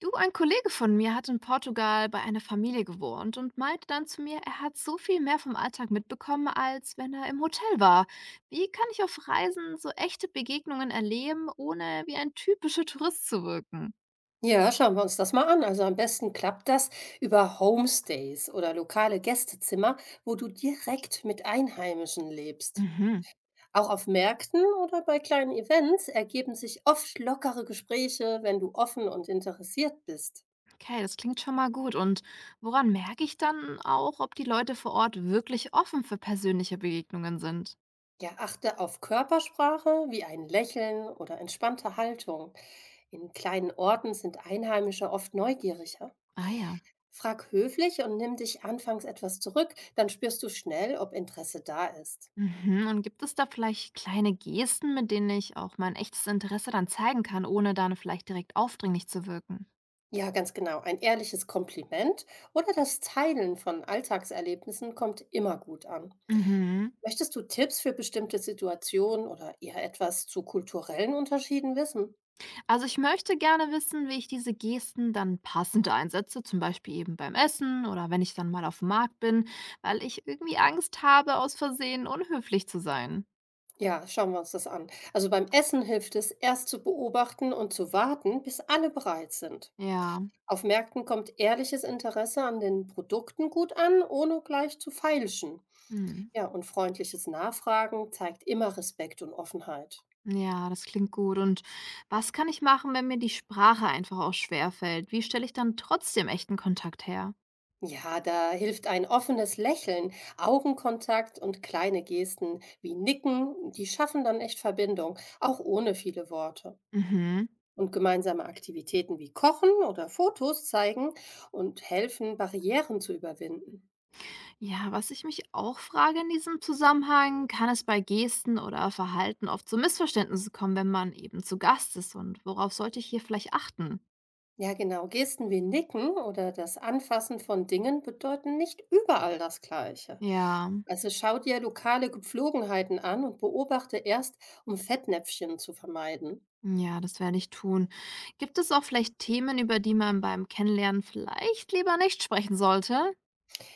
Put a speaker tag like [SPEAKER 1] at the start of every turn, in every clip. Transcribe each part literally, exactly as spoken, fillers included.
[SPEAKER 1] Du, ein Kollege von mir hat in Portugal bei einer Familie gewohnt und meinte dann zu mir, er hat so viel mehr vom Alltag mitbekommen, als wenn er im Hotel war. Wie kann ich auf Reisen so echte Begegnungen erleben, ohne wie ein typischer Tourist zu wirken?
[SPEAKER 2] Ja, schauen wir uns das mal an. Also am besten klappt das über Homestays oder lokale Gästezimmer, wo du direkt mit Einheimischen lebst.
[SPEAKER 1] Mhm.
[SPEAKER 2] Auch auf Märkten oder bei kleinen Events ergeben sich oft lockere Gespräche, wenn du offen und interessiert bist.
[SPEAKER 1] Okay, das klingt schon mal gut. Und woran merke ich dann auch, ob die Leute vor Ort wirklich offen für persönliche Begegnungen sind?
[SPEAKER 2] Ja, achte auf Körpersprache wie ein Lächeln oder entspannte Haltung. In kleinen Orten sind Einheimische oft neugieriger.
[SPEAKER 1] Ah ja.
[SPEAKER 2] Frag höflich und nimm dich anfangs etwas zurück, dann spürst du schnell, ob Interesse da ist.
[SPEAKER 1] Mhm. Und gibt es da vielleicht kleine Gesten, mit denen ich auch mein echtes Interesse dann zeigen kann, ohne dann vielleicht direkt aufdringlich zu wirken?
[SPEAKER 2] Ja, ganz genau. Ein ehrliches Kompliment oder das Teilen von Alltagserlebnissen kommt immer gut an.
[SPEAKER 1] Mhm.
[SPEAKER 2] Möchtest du Tipps für bestimmte Situationen oder eher etwas zu kulturellen Unterschieden wissen?
[SPEAKER 1] Also ich möchte gerne wissen, wie ich diese Gesten dann passend einsetze, zum Beispiel eben beim Essen oder wenn ich dann mal auf dem Markt bin, weil ich irgendwie Angst habe, aus Versehen unhöflich zu sein.
[SPEAKER 2] Ja, schauen wir uns das an. Also beim Essen hilft es, erst zu beobachten und zu warten, bis alle bereit sind.
[SPEAKER 1] Ja.
[SPEAKER 2] Auf Märkten kommt ehrliches Interesse an den Produkten gut an, ohne gleich zu feilschen.
[SPEAKER 1] Mhm.
[SPEAKER 2] Ja, und freundliches Nachfragen zeigt immer Respekt und Offenheit.
[SPEAKER 1] Ja, das klingt gut. Und was kann ich machen, wenn mir die Sprache einfach auch schwerfällt? Wie stelle ich dann trotzdem echten Kontakt her?
[SPEAKER 2] Ja, da hilft ein offenes Lächeln, Augenkontakt und kleine Gesten wie Nicken, die schaffen dann echt Verbindung, auch ohne viele Worte.
[SPEAKER 1] Mhm.
[SPEAKER 2] Und gemeinsame Aktivitäten wie Kochen oder Fotos zeigen und helfen, Barrieren zu überwinden.
[SPEAKER 1] Ja, was ich mich auch frage in diesem Zusammenhang, kann es bei Gesten oder Verhalten oft zu Missverständnissen kommen, wenn man eben zu Gast ist? Und worauf sollte ich hier vielleicht achten?
[SPEAKER 2] Ja, genau, Gesten wie Nicken oder das Anfassen von Dingen bedeuten nicht überall das Gleiche.
[SPEAKER 1] Ja,
[SPEAKER 2] Also schau dir lokale Gepflogenheiten an und beobachte erst, um Fettnäpfchen zu vermeiden.
[SPEAKER 1] ja, das werde ich tun. Gibt es auch vielleicht Themen, über die man beim Kennenlernen vielleicht lieber nicht sprechen sollte?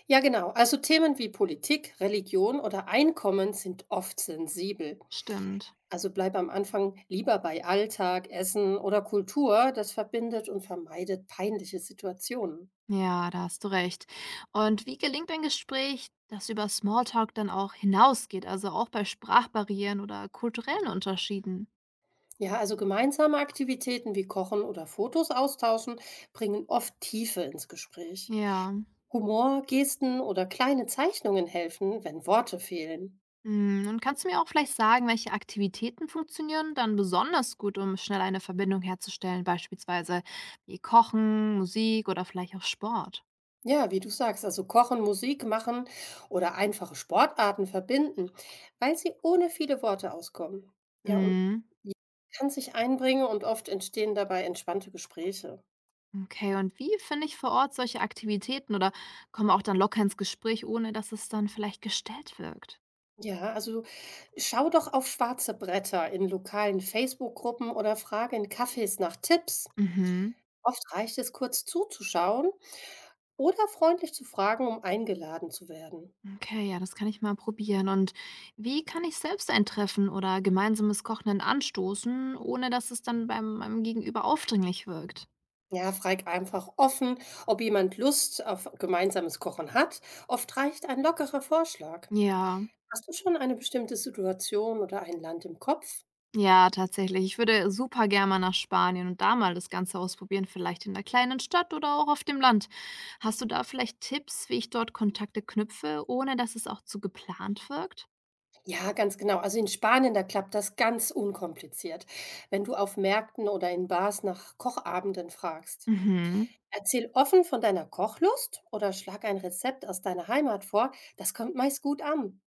[SPEAKER 2] Ja, genau. Also Themen wie Politik, Religion oder Einkommen sind oft sensibel.
[SPEAKER 1] Stimmt.
[SPEAKER 2] Also bleib am Anfang lieber bei Alltag, Essen oder Kultur. Das verbindet und vermeidet peinliche Situationen.
[SPEAKER 1] Ja, da hast du recht. Und wie gelingt ein Gespräch, das über Smalltalk dann auch hinausgeht, also auch bei Sprachbarrieren oder kulturellen Unterschieden?
[SPEAKER 2] Ja, also gemeinsame Aktivitäten wie Kochen oder Fotos austauschen bringen oft Tiefe ins Gespräch.
[SPEAKER 1] Ja.
[SPEAKER 2] Humor, Gesten oder kleine Zeichnungen helfen, wenn Worte fehlen.
[SPEAKER 1] Hm, und kannst du mir auch vielleicht sagen, welche Aktivitäten funktionieren dann besonders gut, um schnell eine Verbindung herzustellen, beispielsweise wie Kochen, Musik oder vielleicht auch Sport?
[SPEAKER 2] Ja, wie du sagst, also kochen, Musik machen oder einfache Sportarten verbinden, weil sie ohne viele Worte auskommen. Ja, und
[SPEAKER 1] Hm,
[SPEAKER 2] kann sich einbringen und oft entstehen dabei entspannte Gespräche.
[SPEAKER 1] okay, und wie finde ich vor Ort solche Aktivitäten oder komme auch dann locker ins Gespräch, ohne dass es dann vielleicht gestellt wirkt?
[SPEAKER 2] Ja, also schau doch auf schwarze Bretter in lokalen Facebook-Gruppen oder frage in Cafés nach Tipps.
[SPEAKER 1] Mhm.
[SPEAKER 2] Oft reicht es kurz zuzuschauen oder freundlich zu fragen, um eingeladen zu werden.
[SPEAKER 1] Okay, ja, das kann ich mal probieren. Und wie kann ich selbst ein Treffen oder gemeinsames Kochen dann anstoßen, ohne dass es dann beim meinem Gegenüber aufdringlich wirkt?
[SPEAKER 2] Ja, frag einfach offen, ob jemand Lust auf gemeinsames Kochen hat. Oft reicht ein lockerer Vorschlag.
[SPEAKER 1] Ja.
[SPEAKER 2] Hast du schon eine bestimmte Situation oder ein Land im Kopf?
[SPEAKER 1] Ja, tatsächlich. Ich würde super gerne mal nach Spanien und da mal das Ganze ausprobieren, vielleicht in 'ner kleinen Stadt oder auch auf dem Land. Hast du da vielleicht Tipps, wie ich dort Kontakte knüpfe, ohne dass es auch zu geplant wirkt?
[SPEAKER 2] Ja, ganz genau. Also in Spanien, da klappt das ganz unkompliziert, wenn du auf Märkten oder in Bars nach Kochabenden fragst.
[SPEAKER 1] Mhm.
[SPEAKER 2] Erzähl offen von deiner Kochlust oder schlag ein Rezept aus deiner Heimat vor. Das kommt meist gut an.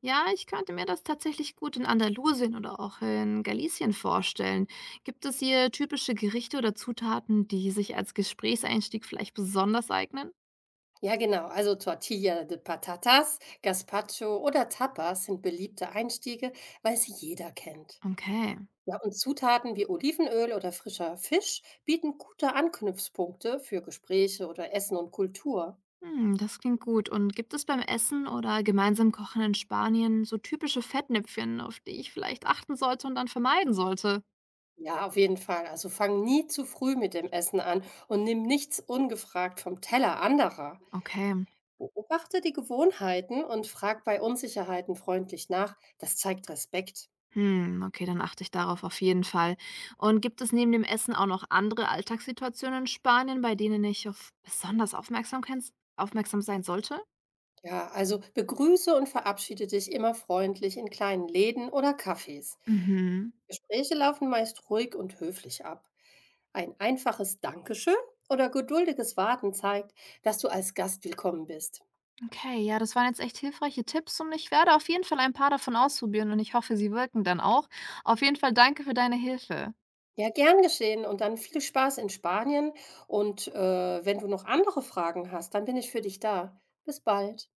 [SPEAKER 1] Ja, ich könnte mir das tatsächlich gut in Andalusien oder auch in Galicien vorstellen. Gibt es hier typische Gerichte oder Zutaten, die sich als Gesprächseinstieg vielleicht besonders eignen?
[SPEAKER 2] Ja, genau. Also Tortilla de Patatas, Gazpacho oder Tapas sind beliebte Einstiege, weil sie jeder kennt.
[SPEAKER 1] Okay.
[SPEAKER 2] Ja, und Zutaten wie Olivenöl oder frischer Fisch bieten gute Anknüpfpunkte für Gespräche oder Essen und Kultur.
[SPEAKER 1] Hm, das klingt gut. Und gibt es beim Essen oder gemeinsam Kochen in Spanien so typische Fettnäpfchen, auf die ich vielleicht achten sollte und dann vermeiden sollte?
[SPEAKER 2] Ja, auf jeden Fall. Also fang nie zu früh mit dem Essen an und nimm nichts ungefragt vom Teller anderer.
[SPEAKER 1] Okay.
[SPEAKER 2] Beobachte die Gewohnheiten und frag bei Unsicherheiten freundlich nach. Das zeigt Respekt.
[SPEAKER 1] Hm, okay, dann achte ich darauf auf jeden Fall. Und gibt es neben dem Essen auch noch andere Alltagssituationen in Spanien, bei denen ich auf besonders Aufmerksamkeit, aufmerksam sein sollte?
[SPEAKER 2] Ja, also begrüße und verabschiede dich immer freundlich in kleinen Läden oder Cafés.
[SPEAKER 1] Mhm.
[SPEAKER 2] Gespräche laufen meist ruhig und höflich ab. Ein einfaches Dankeschön oder geduldiges Warten zeigt, dass du als Gast willkommen bist.
[SPEAKER 1] Okay, ja, das waren jetzt echt hilfreiche Tipps und ich werde auf jeden Fall ein paar davon ausprobieren und ich hoffe, sie wirken dann auch. Auf jeden Fall danke für deine Hilfe.
[SPEAKER 2] Ja, gern geschehen und dann viel Spaß in Spanien. Und äh, Wenn du noch andere Fragen hast, dann bin ich für dich da. Bis bald.